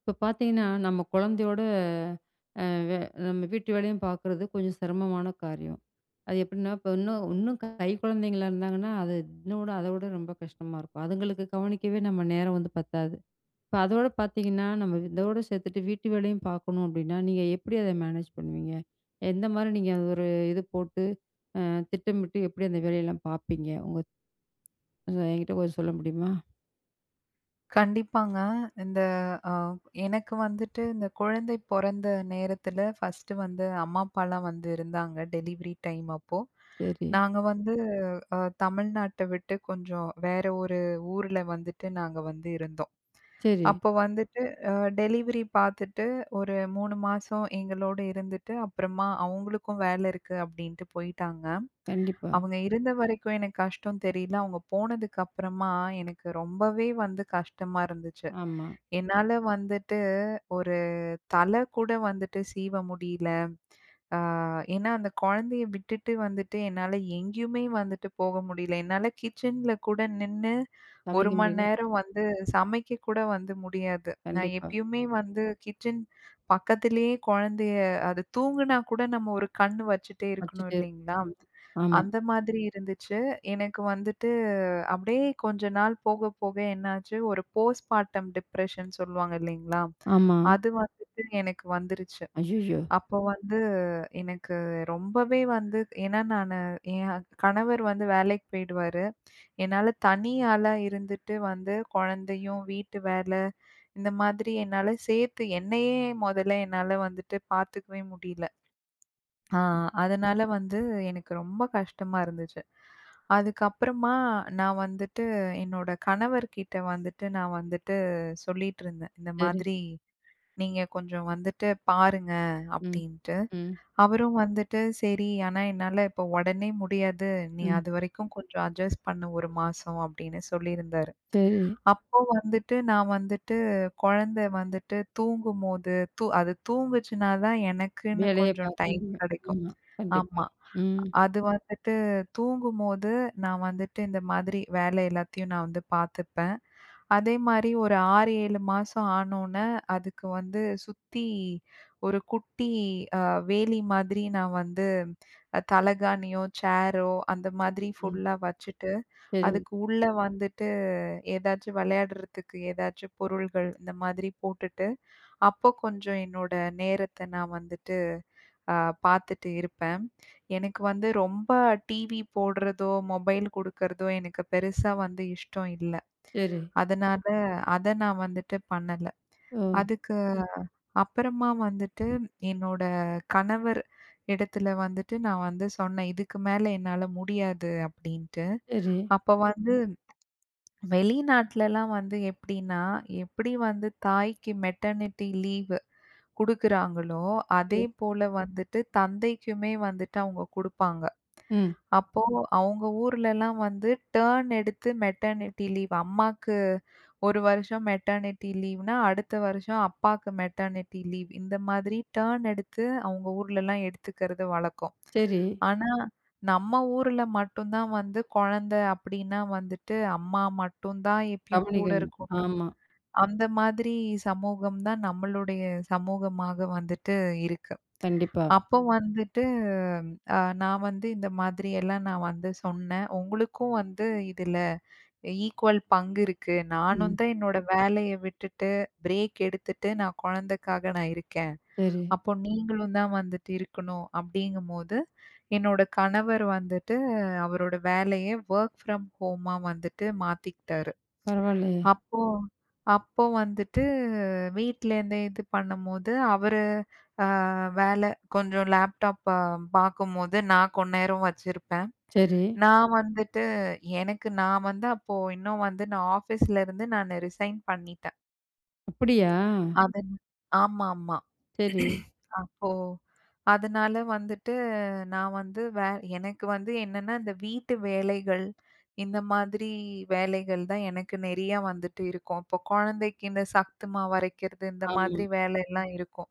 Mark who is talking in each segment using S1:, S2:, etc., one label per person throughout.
S1: இப்போ பார்த்தீங்கன்னா, நம்ம குழந்தையோட அ வே நம்ம வீட்டு வேலையும் பார்க்குறது கொஞ்சம் சிரமமான காரியம். அது எப்படின்னா, இப்போ இன்னும் இன்னும் கை குழந்தைங்களா இருந்தாங்கன்னா, அது இன்னோட அதோட ரொம்ப கஷ்டமா இருக்கும். அதுங்களுக்கு கவனிக்கவே நம்ம நேரம் வந்து பத்தாது. இப்போ அதோட பார்த்தீங்கன்னா, நம்ம இதோட சேர்த்துட்டு வீட்டு வேலையும் பார்க்கணும் அப்படின்னா, நீங்க எப்படி அத மேனேஜ் பண்ணுவீங்க? எந்த மாரி நீங்க ஒரு இது போட்டு அ திட்டமிட்டு எப்படி அந்த வேலையெல்லாம் பார்ப்பீங்க? உங்க என்கிட்ட கொஞ்சம் சொல்ல முடியுமா?
S2: கண்டிப்பாங்க. இந்த அ எனக்கு வந்துட்டு இந்த குழந்தை பொறந்த நேரத்துல ஃபர்ஸ்ட்டு வந்து அம்மா, அப்பாலாம் வந்து இருந்தாங்க. டெலிவரி டைம் அப்போ.
S1: சரி,
S2: நாங்க வந்து தமிழ்நாட்ட விட்டு கொஞ்சம் வேற ஒரு ஊர்ல வந்துட்டு நாங்க வந்து இருந்தோம்.
S1: சரி.
S2: அப்போ வந்துட்டு அ டெலிவரி பார்த்துட்டு ஒரு 3 மாசம் எங்களோட இருந்துட்டு, அப்புறமா அவங்களுக்கும் வேலை இருக்கு அப்படின்ட்டு போயிட்டாங்க.
S1: கண்டிப்பா.
S2: அவங்க இருந்த வரைக்கும் எனக்கு கஷ்டம் தெரியல. அவங்க போனதுக்கு அப்புறமா எனக்கு ரொம்பவே வந்து கஷ்டமா இருந்துச்சு.
S1: ஆமா.
S2: என்னால வந்துட்டு ஒரு தல கூட வந்துட்டு சீவ முடியல. ஆ ஏன்னா அந்த குழந்தைய விட்டுட்டு வந்துட்டு என்னால எங்கேயுமே வந்துட்டு போக முடியல. என்னால கிச்சன்ல கூட நின்னு 1
S1: சமைக்க
S2: மணி
S1: முடியல.
S2: நேரம் வந்து சமைக்க கூட வந்து முடியாது. நான்
S1: கண்டிப்பா.
S2: எப்பயுமே வந்து கிச்சன் பக்கத்திலேயே குழந்தைய அது தூங்குனா கூட நம்ம ஒரு கண்ணு வச்சுட்டே இருக்கணும்
S1: வச்சுட்டு
S2: இல்லைங்களா?
S1: இருப்பாங்க. ஆமா,
S2: அந்த மாதிரி இருந்துச்சு. எனக்கு வந்துட்டு அப்படியே கொஞ்ச நாள் போக, போக என்னாச்சு, ஒரு போஸ்ட்பார்டம் டிப்ரஷன் சொல்லுவாங்க இல்லைங்களா?
S1: ஆமா.
S2: அது வந்துட்டு எனக்கு வந்துருச்சு.
S1: அய்யய்யோ!
S2: அப்போ வந்து எனக்கு ரொம்பவே வந்து ஏன்னா நானு என் கணவர் வந்து வேலைக்கு போயிடுவாரு. என்னால தனி ஆளா இருந்துட்டு வந்து குழந்தையும், வீட்டு வேலை இந்த மாதிரி என்னால சேர்த்து என்னையே மொதல்ல என்னால வந்துட்டு பார்த்துக்கவே முடியல. ஆ அதனால வந்து எனக்கு ரொம்ப கஷ்டமா இருந்துச்சு. அதுக்கப்புறமா நான் வந்துட்டு என்னோட கணவர்கிட்ட வந்துட்டு நான் வந்துட்டு சொல்லிட்டுருந்தேன். இந்த
S1: சரி.
S2: மாதிரி நீங்க கொஞ்சம் வந்துட்டு பாருங்க
S1: ம்.
S2: அப்டின்ட்டு.
S1: ம்.
S2: அவரும் வந்துட்டு சரி, ஆனா என்னால இப்போ உடனே முடியாது. நீ
S1: ம்.
S2: அதுவரைக்கும் கொஞ்சம் அட்ஜஸ்ட் பண்ணு 1 மாசம் அப்டின்னு சொல்லியிருந்தாரு.
S1: சரி.
S2: அப்போ வந்துட்டு நான் வந்துட்டு குழந்தை வந்துட்டு தூங்கும்போது, அது தூங்குச்சுனா தான் எனக்குன்னு
S1: வேலைய
S2: கொஞ்சம்
S1: பார்க்க
S2: டைம்
S1: முடியும்.
S2: கிடைக்கும்.
S1: ஆமா. கண்டிப்பா.
S2: ஆமா.
S1: ம்.
S2: அது வந்துட்டு தூங்கும்போது நான் வந்துட்டு இந்த மாதிரி வேலை எல்லாத்தையும் நான் வந்து பார்த்துப்பேன். அதே மாரி ஒரு 6, 7 மாசம் ஆனோனே, அதுக்கு வந்து சுத்தி ஒரு குட்டி அ வேலி மாதிரி நான் வந்து தலகாணியோ, சேரோ அந்த மாதிரி
S1: ம்.
S2: ஃபுல்லா வச்சுட்டு,
S1: சரி,
S2: அதுக்கு உள்ள வந்துட்டு ஏதாச்சும் விளையாடுறதுக்கு ஏதாச்சும் பொருள்கள் இந்த மாதிரி போட்டுட்டு, அப்போ கொஞ்சம் என்னோட நேரத்த நான் வந்துட்டு அ பார்த்துட்டு இருப்பேன். எனக்கு வந்து ரொம்ப டிவி போடுறதோ, மொபைல் குடுக்கறதோ எனக்கு பெருசா வந்து இஷ்டம் இல்ல.
S1: சரி.
S2: அதனால அத நான் வந்துட்டு பண்ணல.
S1: ஓ!
S2: அதுக்கு அப்புறமா வந்துட்டு என்னோட கணவர் இடத்துல வந்துட்டு நான் வந்து சொன்னேன். இதுக்கு மேல என்னால முடியாது அப்டின்ட்டு.
S1: சரி.
S2: அப்ப வந்து ம். வெளிநாட்லலாம் வந்து எப்டின்னா, எப்டி வந்து தாய்க்கு மெட்டர்னிட்டி லீவு குடுக்குறாங்களோ, அதே
S1: சரி.
S2: போல வந்துட்டு தந்தைக்குமே வந்துட்டு அவங்க குடுப்பாங்க.
S1: ம்.
S2: அப்போ அவங்க ஊர்லலாம் வந்து டர்ன் எடுத்து மெட்டர்னிட்டி லீவ் அம்மாக்கு 1 வருஷம் மெட்டர்னிட்டி லீவ்னா, அடுத்த வருஷம் அப்பாக்கு மெட்டர்னிட்டி லீவ். இந்த மாதிரி டர்ன் எடுத்து அவங்க ஊர்லலாம் எடுத்துக்கிறது வழக்கம்.
S1: சரி.
S2: ஆனா, நம்ம ஊர்ல மட்டும் தான் வந்து குழந்தை அப்டின்னா வந்துட்டு, அம்மா மட்டும் தான் எப்பயும் கூட
S1: கவனிக்கணும்.
S2: இருக்கணும்.
S1: ஆமா.
S2: அந்த மாதிரி சமூகம் தான் நம்மளுடைய சமூகமாக வந்துட்டு இருக்கு.
S1: கண்டிப்பா.
S2: அப்போ வந்துட்டு நான் வந்து இந்த மாதிரி எல்லாம் நான் வந்து சொன்னேன். உங்களுக்கும் வந்து இதுல ஈக்குவல் பங்கு இருக்கு. நானும்
S1: ம்.
S2: தான் என்னோட வேலைய விட்டுட்டு, பிரேக் எடுத்துட்டு நான் குழந்தைக்காக நான் இருக்கேன்.
S1: சரி.
S2: அப்போ நீங்களும் தான் வந்துட்டு இருக்கணும் அப்படிங்கும்போது, என்னோட கணவர் வந்துட்டு அவரோட வேலைய வொர்க் ஃப்ரம் ஹோமா வந்துட்டு மாத்திக்கிட்டாரு.
S1: பரவாயில்லையே!
S2: அப்போ அப்போ வந்துட்டு வீட்லேருந்தே இது பண்ணும்போது, அவரு அ வேல கொஞ்சம் லேப்டாப் ப பார்க்கும்போது நான் கொஞ்ச நேரம் வச்சிருப்பேன்.
S1: சரி.
S2: நான் வந்துட்டு எனக்கு நான் வந்து அப்போ இன்னும் வந்து நான் ஆஃபீஸ்லேருந்து நானு ரிசைன் பண்ணிட்டேன்.
S1: அப்படியா?
S2: அது ஆமாமா.
S1: சரி.
S2: அப்போ அதனால வந்துட்டு நான் வந்து எனக்கு வந்து என்னன்னா, இந்த வீட்டு வேலைகள், இந்த மாதிரி வேலைகள் தான் எனக்கு நெறையா வந்துட்டு இருக்கும். இப்போ குழந்தைக்கு இந்த சத்து மாவு அரைக்கிறது, இந்த
S1: ஆமா.
S2: மாதிரி வேலைலாம் இருக்கும்.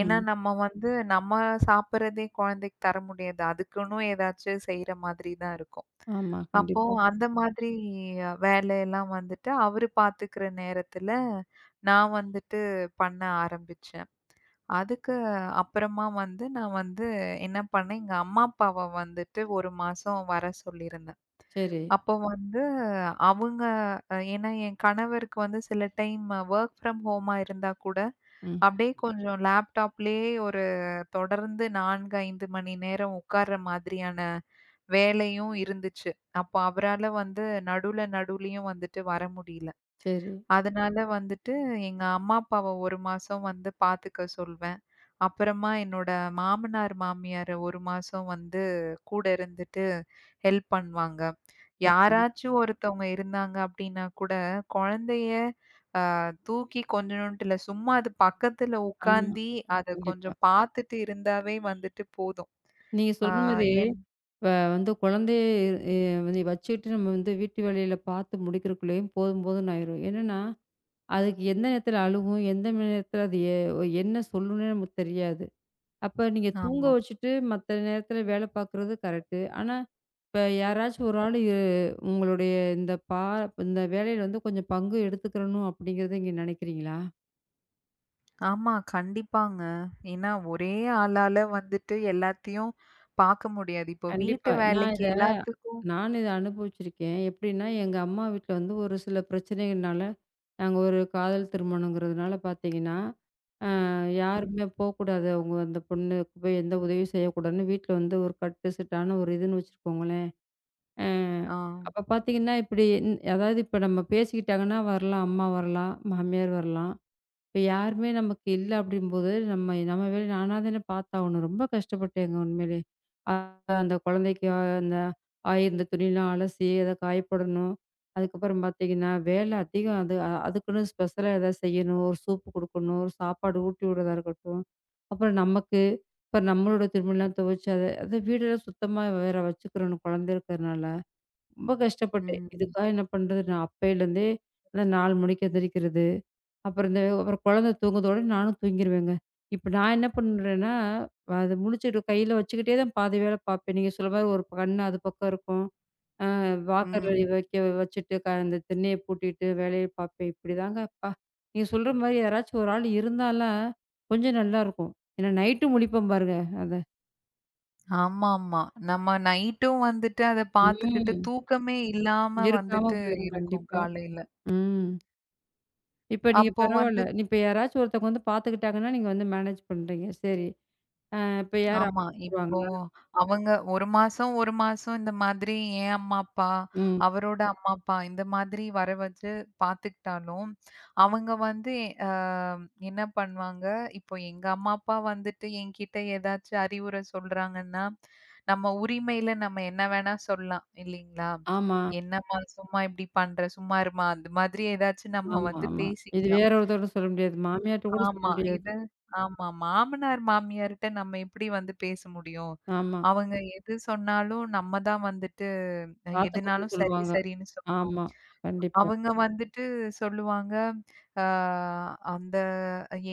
S2: ஏன்னா, நம்ம வந்து நம்ம சாப்பிடுறதே குழந்தைக்கு தர முடியாது. அதுக்குன்னு ஏதாச்சும் செய்ற மாதிரி தான் இருக்கும்.
S1: ஆமா.
S2: அப்போ
S1: கண்டிப்பா.
S2: அந்த மாதிரி வேலையெல்லாம் வந்துட்டு அவரு பார்த்துக்கிற நேரத்துல, நான் வந்துட்டு பண்ண ஆரம்பிச்சேன். அதுக்கு அப்புறமா வந்து நான் வந்து என்ன பண்ணேன், எங்க அம்மா, அப்பாவ வந்துட்டு 1 மாசம் வர சொல்லியிருந்தேன்.
S1: சரி.
S2: அப்போ வந்து அவங்க ஏன்னா என் கணவருக்கு வந்து சில டைம் வொர்க் ஃப்ரம் ஹோமா இருந்தா கூட,
S1: ம்.
S2: அப்படியே கொஞ்சம் லேப்டாப்லயே ஒரு தொடர்ந்து 4, 5 மணி நேரம் உட்கார்ற மாதிரியான வேலையும் இருந்துச்சு. அப்போ அவரால வந்து நடுவுலயும் வந்துட்டு வர முடியல.
S1: சரி.
S2: அதனால வந்துட்டு எங்க அம்மா, அப்பாவ 1 மாசம் வந்து பாத்துக்க சொல்வேன். அப்புறமா என்னோட மாமனார், மாமியார 1 மாசம் வந்து கூட இருந்துட்டு ஹெல்ப் பண்ணுவாங்க.
S1: பரவால்ல.
S2: யாராச்சும் ஒருத்தவங்க இருந்தாங்க அப்டின்னா கூட, குழந்தைய அ தூக்கி கொஞ்சணுன்ட்டு இல்ல, சும்மா அது பக்கத்துல
S1: ஆமா.
S2: உக்காந்தி, அத
S1: கண்டிப்பா.
S2: கொஞ்சம் பாத்துட்டு இருந்தாவே வந்துட்டு போதும்.
S1: நீங்க
S2: ஆ
S1: சொல்ற மாரி
S2: என்
S1: இப்ப வந்து குழந்தைய இ வந்து வச்சுட்டு நம்ம வந்து வீட்டு வேலையில பார்த்து முடிக்கிறக்குள்ளேயும் போதும் போதும்ன்னு ஆயிரும். என்னன்னா, அதுக்கு எந்த நேரத்தில அழுகும், எந்த ம நேரத்தில அது எ என்ன சொல்லும்னே நமக்கு தெரியாது. அப்ப நீங்க தூங்க
S2: ஆமா.
S1: வச்சுட்டு மத்த நேரத்தில வேலை பார்க்குறது கரெக்ட்டு. ஆனா, இப்ப யாராச்சும் ஒரு ஆளு உங்களுடைய இந்த பா இந்த வேலையில வந்து கொஞ்சம் பங்கு எடுத்துக்கிறணும் அப்படிங்கிறத நீங்க நினைக்கிறீங்களா?
S2: ஆமா, கண்டிப்பாங்க. ஏன்னா ஒரே ஆளால வந்துட்டு எல்லாத்தையும் பாக்க முடியாது. இப்போ
S1: கண்டிப்பா.
S2: வீட்டு
S1: நான்
S2: வேலைக்கு
S1: இத
S2: எல்லாத்துக்கும்
S1: நானும் இத அனுபவிச்சிருக்கேன். எப்படின்னா, எங்க அம்மா வீட்ல வந்து ஒரு சில பிரச்சனைகள்னால, நாங்க ஒரு காதல் திருமணங்கிறதுனால பார்த்தீங்கன்னா, அ
S2: ம்.
S1: யாருமே போக்கூடாது. அவங்க அந்த பொண்ணுக்கு போய் எந்த உதவியும் செய்யக்கூடாதுன்னு வீட்ல வந்து ஒரு கட்டு சிட்டான ஒரு இதுன்னு வச்சுருக்கோங்களேன். அ
S2: ஆ.
S1: அப்ப பார்த்தீங்கன்னா, இப்படி இன் அதாவது இப்ப நம்ம பேசிக்கிட்டாங்கன்னா வரலாம், அம்மா வரலாம், மாமியார் வரலாம். இப்ப யாருமே நமக்கு இல்ல அப்படிங்கும்போது, நம்ம நம்ம வேலை நானா தானே பார்த்தாகணும். ரொம்ப கஷ்டப்பட்டேங்க உண்மையிலே. அ அந்த குழந்தைக்கு அந்த ஆயிருந்த துணிலாம் அலசி, அத காய போடணும். அதுக்கப்புறம் பார்த்தீங்கன்னா, வேலை அதிகம். அதுக்குன்னு ஸ்பெஷலா எதாவது செய்யணும். ஒரு சூப்பு குடுக்கணும், ஒரு சாப்பாடு ஊட்டி விடுறதா இருக்கட்டும். அப்புறம் நமக்கு, இப்ப நம்மளோட திரும்பலாம் துவைச்சு அத அத வீடெல்லாம் சுத்தமா வேற வச்சுக்கிறணும் குழந்தை இருக்கிறனால. ரொம்ப கஷ்டப்பட்டேன்.
S2: ம்.
S1: இதுக்காக என்ன பண்றது, நான் அப்பையிலேருந்தே அந்த 4 மணிக்கு எந்திரிக்கிறது. அப்புறம் குழந்தை தூங்குதோட நானும் தூங்கிருவேங்க. இப்ப நான் என்ன பண்றேன்னா, அது முழிச்சுட்டு கையில வச்சுக்கிட்டே தான் பாதி வேலை பார்ப்பேன். நீங்க சொல்ற மாரி ஒரு கண்ணு அது பக்கம் இருக்கும். வாக்கர்ல
S2: ம்.
S1: வைக்க வச்சுட்டு அந்த திண்ணைய பூட்டிட்டு வேலைய பார்ப்பேன். இப்படிதாங்க அப்பா! நீங்க சொல்ற மாரி யாராச்சும் ஒரு ஆள் இருந்தான்னா, கொஞ்சம் நல்லாருக்கும். ஏன்னா நைட்டும் முழிப்போம் பாருங்க. அத
S2: ஆமாமா. நம்ம நைட்டும் வந்துட்டு அத பாத்துக்கிட்டு
S1: ம்.
S2: தூக்கமே இல்லாம
S1: இருக்காம
S2: வந்துட்டு
S1: போயிரும்
S2: இருக்கும்
S1: கண்டிப்பா.
S2: காலையில.
S1: ம். இப்ப நீங்க
S2: அப்போ
S1: பரவால்ல.
S2: வந்து
S1: இப்ப யாராச்சும் ஒருத்தவங்க வந்து பார்த்துக்கிட்டாங்கன்னா, நீங்க வந்து மேனேஜ் பண்றீங்க. சரி. இப்ப யார்
S2: ஆமா. இப்போ
S1: வந்துருவாங்களா?
S2: அவங்க 1 மாசம், 1 மாசம் இந்த மாதிரி என் அம்மா, அப்பா,
S1: ம்.
S2: அவரோட அம்மா, அப்பா இந்த மாதிரி வர வச்சு பார்த்துக்கிட்டாலும், அவங்க வந்து அ என்ன பண்ணுவாங்க, இப்போ எங்க அம்மா, அப்பா வந்துட்டு என்கிட்ட ஏதாச்சும் அறிவுரை சொல்றாங்கன்னா, நம்ம உரிமையில நம்ம என்ன வேணா சொல்லலாம் இல்லைங்களா?
S1: ஆமா,
S2: "என்னம்மா சும்மா இப்படி பண்ற? சும்மா இரும்மா" அந்த மாதிரி ஏதாச்சும் நம்ம
S1: ஆமா,
S2: வந்து
S1: ஆமா. இது
S2: பேசிக்கலாம்.
S1: வேற ஒருத்தரோட சொல்ல முடியாது. மாமியார்ட்ட கூட சொல்ல
S2: ஆமா.
S1: முடியாது.
S2: இது ஆமா. மாமனார், மாமியார்ட்ட நம்ம எப்படி வந்து பேச முடியும்?
S1: ஆமா.
S2: அவங்க எது சொன்னாலும் நம்ம தான் வந்துட்டு
S1: பாத்துக்கணும்னு
S2: எதுனாலும் சரி,
S1: சொல்லுவாங்க.
S2: சரின்னு சொல்லணும்.
S1: ஆமா. கண்டிப்பா.
S2: அவங்க வந்துட்டு சொல்லுவாங்க, "ஆ அந்த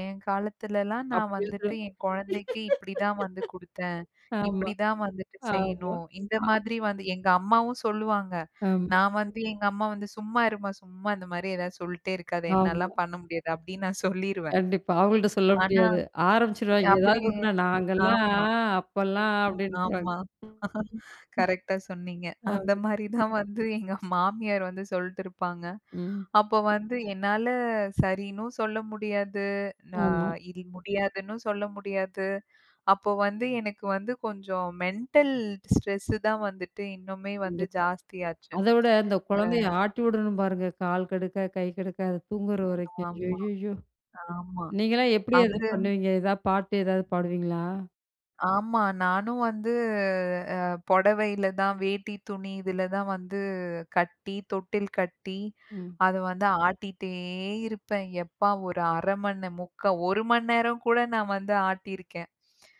S2: என் காலத்துலலாம் நான்
S1: அப்படியே சொல்லு
S2: வந்துட்டு என் குழந்தைக்கு இப்படி தான் வந்து குடுத்தேன்.
S1: ஆமா,
S2: இப்படி தான் வந்துட்டு
S1: ஆமா.
S2: செய்யணும்." இந்த
S1: அ
S2: மாதிரி வந்து எங்க அம்மாவும் சொல்லுவாங்க.
S1: ஆமா,
S2: நான் வந்து எங்க அம்மா வந்து, "சும்மா இரும்மா, சும்மா இந்த மாரி ஏதாவது சொல்ட்டே இருக்காத.
S1: ஆமா.
S2: என்னாலாம் பண்ண முடியாது." அப்படின்னு நான் சொல்லிருவேன்.
S1: கண்டிப்பா. அவங்கள்ட்ட சொல்ல
S2: ஆனா
S1: முடியாது. ஆரம்பிச்சுருவாங்க. ஏதாவது
S2: அப்படி
S1: ஒண்ணுனா
S2: ஆமா,
S1: நாங்கலாம் அப்பலாம் அப்படின்றாங்க.
S2: ஆமா.
S1: ம்.
S2: கரெக்ட்டா சொன்னீங்க.
S1: ஆமா.
S2: அந்த மாரி தான் வந்து எங்க மாமியார் வந்து சொல்ட்டு இருப்பாங்க.
S1: ம்.
S2: அப்போ வந்து என்னால சரின்னும் சொல்ல முடியாது.
S1: ஆமா.
S2: நான் முடியாதுன்னும் சொல்ல முடியாது. அப்போ வந்து எனக்கு வந்து கொஞ்சம் மென்டல் ஸ்ட்ரெஸ் தான் வந்துட்டு இன்னுமே வந்து
S1: கண்டிப்பா.
S2: ஜாஸ்தியாச்சு.
S1: அத விட இந்த குழந்தைய
S2: அ
S1: ஆட்டி விடணும் பாருங்க. கால் கடுக்க, கை கடுக்க அது தூங்குற வரைக்கும்.
S2: ஆமா,
S1: ஐய்யய்யோ!
S2: ஆமா.
S1: நீங்கலாம் எப்படி அத
S2: அது
S1: பண்ணுவீங்க? ஏதாவது பாட்டு ஏதாவது பாடுவீங்களா?
S2: ஆமா. நானும் வந்து அ புடவையில தான் வேட்டி துணி இதில தான் வந்து கட்டி, தொட்டில் கட்டி,
S1: ம்.
S2: அத வந்து ஆட்டிட்டே இருப்பேன். எப்பா ஒரு 1/2 மணி முக்கா 1 மணி நேரம் கூட நான் வந்து ஆட்டியிருக்கேன்.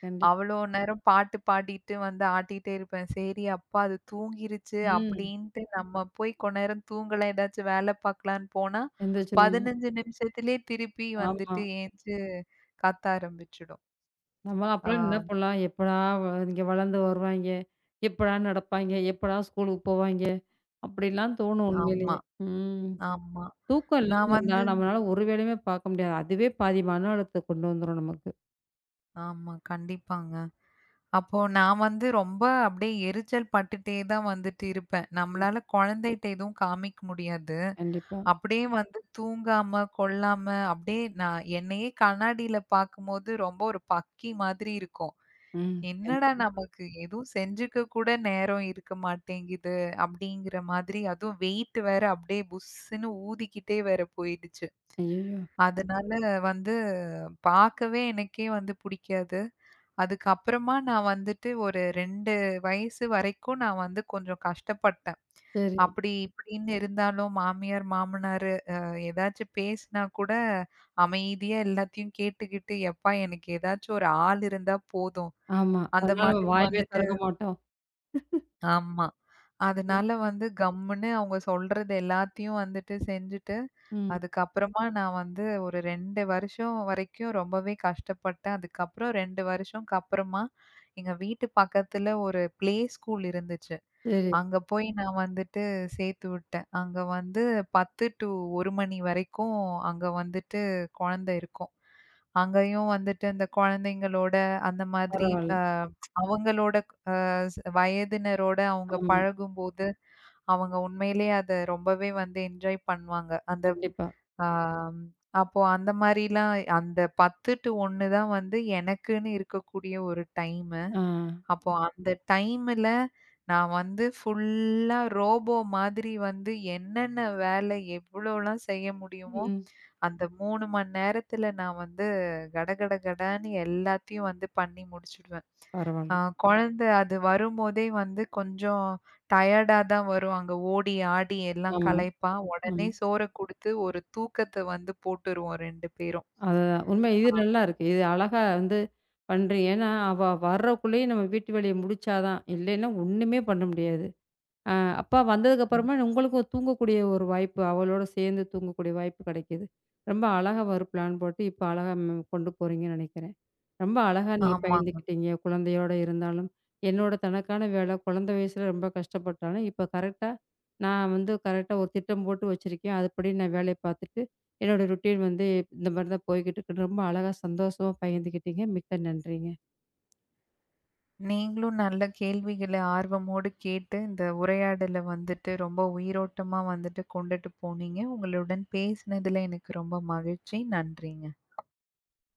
S1: கண்டிப்பா.
S2: அவ்வளோ நேரம் பாட்டு பாடிட்டு வந்து ஆட்டிட்டே இருப்பேன். சரி அப்பா அது தூங்கிருச்சு
S1: ம்.
S2: அப்படின்ட்டு நம்ம போய் கொஞ்ச நேரம் தூங்கலாம், ஏதாச்சும் வேலை பார்க்கலான்னு போனா,
S1: எந்திரிச்சிருவீங்க.
S2: 15 நிமிஷத்திலேயே திருப்பி
S1: ஆமா.
S2: வந்துட்டு ஏந்திச்சு கத்த ஆரம்பிச்சுடும்.
S1: நம்ம
S2: ஆ
S1: அப்பலாம் என்ன பண்ணலாம்? எப்படா இங்க வளர்ந்து வருவாய்ங்க? எப்படா நடப்பாய்ங்க? எப்படா ஸ்கூலுக்கு போவாய்ங்க? அப்படிலாம் தோணும்
S2: ஆமா.
S1: உண்மையிலேயே. ம்.
S2: ஆமா.
S1: தூக்கம் இல்லாம
S2: நான்
S1: இருந்தா
S2: வந்து
S1: நம்மளால ஒரு வேலையுமே பார்க்க முடியாது. அதுவே பாதி மன அழுத்தத்த கொண்டு வந்துரும் நமக்கு.
S2: ஆமா, கண்டிப்பாங்க. அப்போ நான் வந்து ரொம்ப அப்படியே எரிச்சல் பட்டுட்டே தான் வந்துட்டு இருப்பேன்.
S1: ம்.
S2: நம்மளால குழந்தைட்ட எதுவும் காமிக்க முடியாது.
S1: கண்டிப்பா.
S2: அப்படியே வந்து தூங்காம, கொள்ளாம அப்படியே நான் என்னையே கண்ணாடியில பார்க்கும்போது ரொம்ப ஒரு பக்கி மாதிரி இருக்கும்.
S1: ம்.
S2: என்னடா
S1: கண்டிப்பா.
S2: நமக்கு எதுவும் செஞ்சுக்க கூட நேரம் இருக்க மாட்டேங்குது அப்படிங்கிற மாதிரி, அதுவும் வெயிட் வேற அப்படியே புஸ்ன்னு ஊதிக்கிட்டே வேற போயிடுச்சு.
S1: ஐயய்யோ!
S2: அதனால வந்து பார்க்கவே எனக்கே வந்து பிடிக்காது. அதுக்கப்புறமா நான் வந்துட்டு ஒரு 2 வயசு வரைக்கும் நான் வந்து கொஞ்சம் கஷ்டப்பட்டேன்.
S1: சரி.
S2: அப்படி இப்படின்னு இருந்தாலும் மாமியார், மாமனாரு ஏதாச்சும் பேசினா கூட அமைதியா எல்லாத்தையும் கேட்டுக்கிட்டு, "எப்பா எனக்கு ஏதாச்சும் ஒரு ஆள் இருந்தா போதும்."
S1: ஆமா.
S2: அந்த
S1: அதனால நம்ம
S2: மாதிரி
S1: வாயவே
S2: வந்துட்டு
S1: திறக்க மாட்டோம்.
S2: ஆமா.
S1: ம்.
S2: அதனால வந்து கம்முன்னு அவங்க சொல்றது எல்லாத்தையும் வந்துட்டு செஞ்சுட்டு,
S1: ம்.
S2: அதுக்கப்புறமா நான் வந்து ஒரு 2 வருஷம் வரைக்கும் ரொம்பவே கஷ்டப்பட்டேன். அதுக்கப்புறம் 2 வருஷம்க்கு அப்புறமா, எங்க வீட்டு பக்கத்துல ஒரு ப்ளே ஸ்கூல் இருந்துச்சு.
S1: சரி.
S2: அங்க போய் நான் வந்துட்டு சேர்த்து விட்டேன். அங்க வந்து 10 டூ 1 மணி வரைக்கும் அங்க வந்துட்டு குழந்தை இருக்கும். அங்கேயும் வந்துட்டு அந்த குழந்தைங்களோட அந்த மாதிரி
S1: பரவால்ல.
S2: அ அவங்களோட வயதினரோட அவங்க
S1: ஆமா.
S2: பழகும்போது, அவங்க உண்மையிலேயே அத ரொம்பவே வந்து என்ஜாய் பண்ணுவாங்க. அந்த
S1: கண்டிப்பா.
S2: ஆம் அப்போ அந்த மாரிலாம் அந்த 10 டூ 1 தான் வந்து எனக்குன்னு இருக்கக்கூடிய ஒரு டைமு.
S1: ஆ.
S2: அப்போ அந்த டைம்ல நான் வந்து ஃபுல்லா ரோபோ மாதிரி வந்து என்னென்ன வேலை எவ்வளோலாம் செய்ய முடியுமோ,
S1: ம்.
S2: அந்த 3 மணி நேரத்துல நான் வந்து கடகட கடன்னு எல்லாத்தையும் வந்து பண்ணி முடிச்சுடுவேன். அ
S1: பரவால்ல.
S2: குழந்த அது வரும்போதே வந்து கொஞ்சம் டயர்டா தான் வரும். அங்க ஓடி ஆடி எல்லாம்
S1: ஆமா.
S2: களைப்பா.
S1: ஆமா.
S2: உடனே சோற குடுத்து ஒரு தூக்கத்த வந்து போட்டுருவோம் 2 பேரும்.
S1: அதுதான். உண்மை இது நல்லா இருக்கு. இது அழகா வந்து பண்றீங்க. ஏன்னா, அவ வர்றக்குள்ளயே நம்ம வீட்டு வேலைய முடிச்சா தான். இல்லைன்னா ஒண்ணுமே பண்ண முடியாது. அப்பா வந்ததுக்கு
S2: ம்.
S1: அப்புறமா உங்களுக்கும் தூங்கக்கூடிய ஒரு வாய்ப்பு, அவளோட சேர்ந்து தூங்கக்கூடிய வாய்ப்பு கிடைக்குது. ரொம்ப அழகா ஒரு பிளான் போட்டு இப்ப அழகா ம் கொண்டு போறீங்கன்னு நெனைக்கிறேன். ரொம்ப அழகா நீங்க
S2: ஆமாங்க.
S1: பகிர்ந்துக்கிட்டீங்க. குழந்தையோட இருந்தாலும், என்னோட தனக்கான வேலை குழந்தை வயசுல ரொம்ப கஷ்டப்பட்டாலும், இப்ப கரெக்ட்டா நான் வந்து கரெக்ட்டா ஒரு திட்டம் போட்டு வச்சிருக்கேன். அதுபடி நான் வேலைய பார்த்துட்டு, என்னோட ரொட்டீன் வந்து இந்த மாரி தான் போய்க்கிட்டுருக்குன்னு ரொம்ப அழகா சந்தோஷமா பகிர்ந்துக்கிட்டீங்க. மிக்க நன்றிங்க.
S2: நீங்களும் நல்ல கேள்விகள ஆர்வமோடு கேட்டு இந்த உரையாடல வந்துட்டு ரொம்ப உயிரோட்டமா வந்துட்டு கொண்டுட்டு போனீங்க. உங்களுடன் பேசினதுல எனக்கு ரொம்ப மகிழ்ச்சி. நன்றிங்க.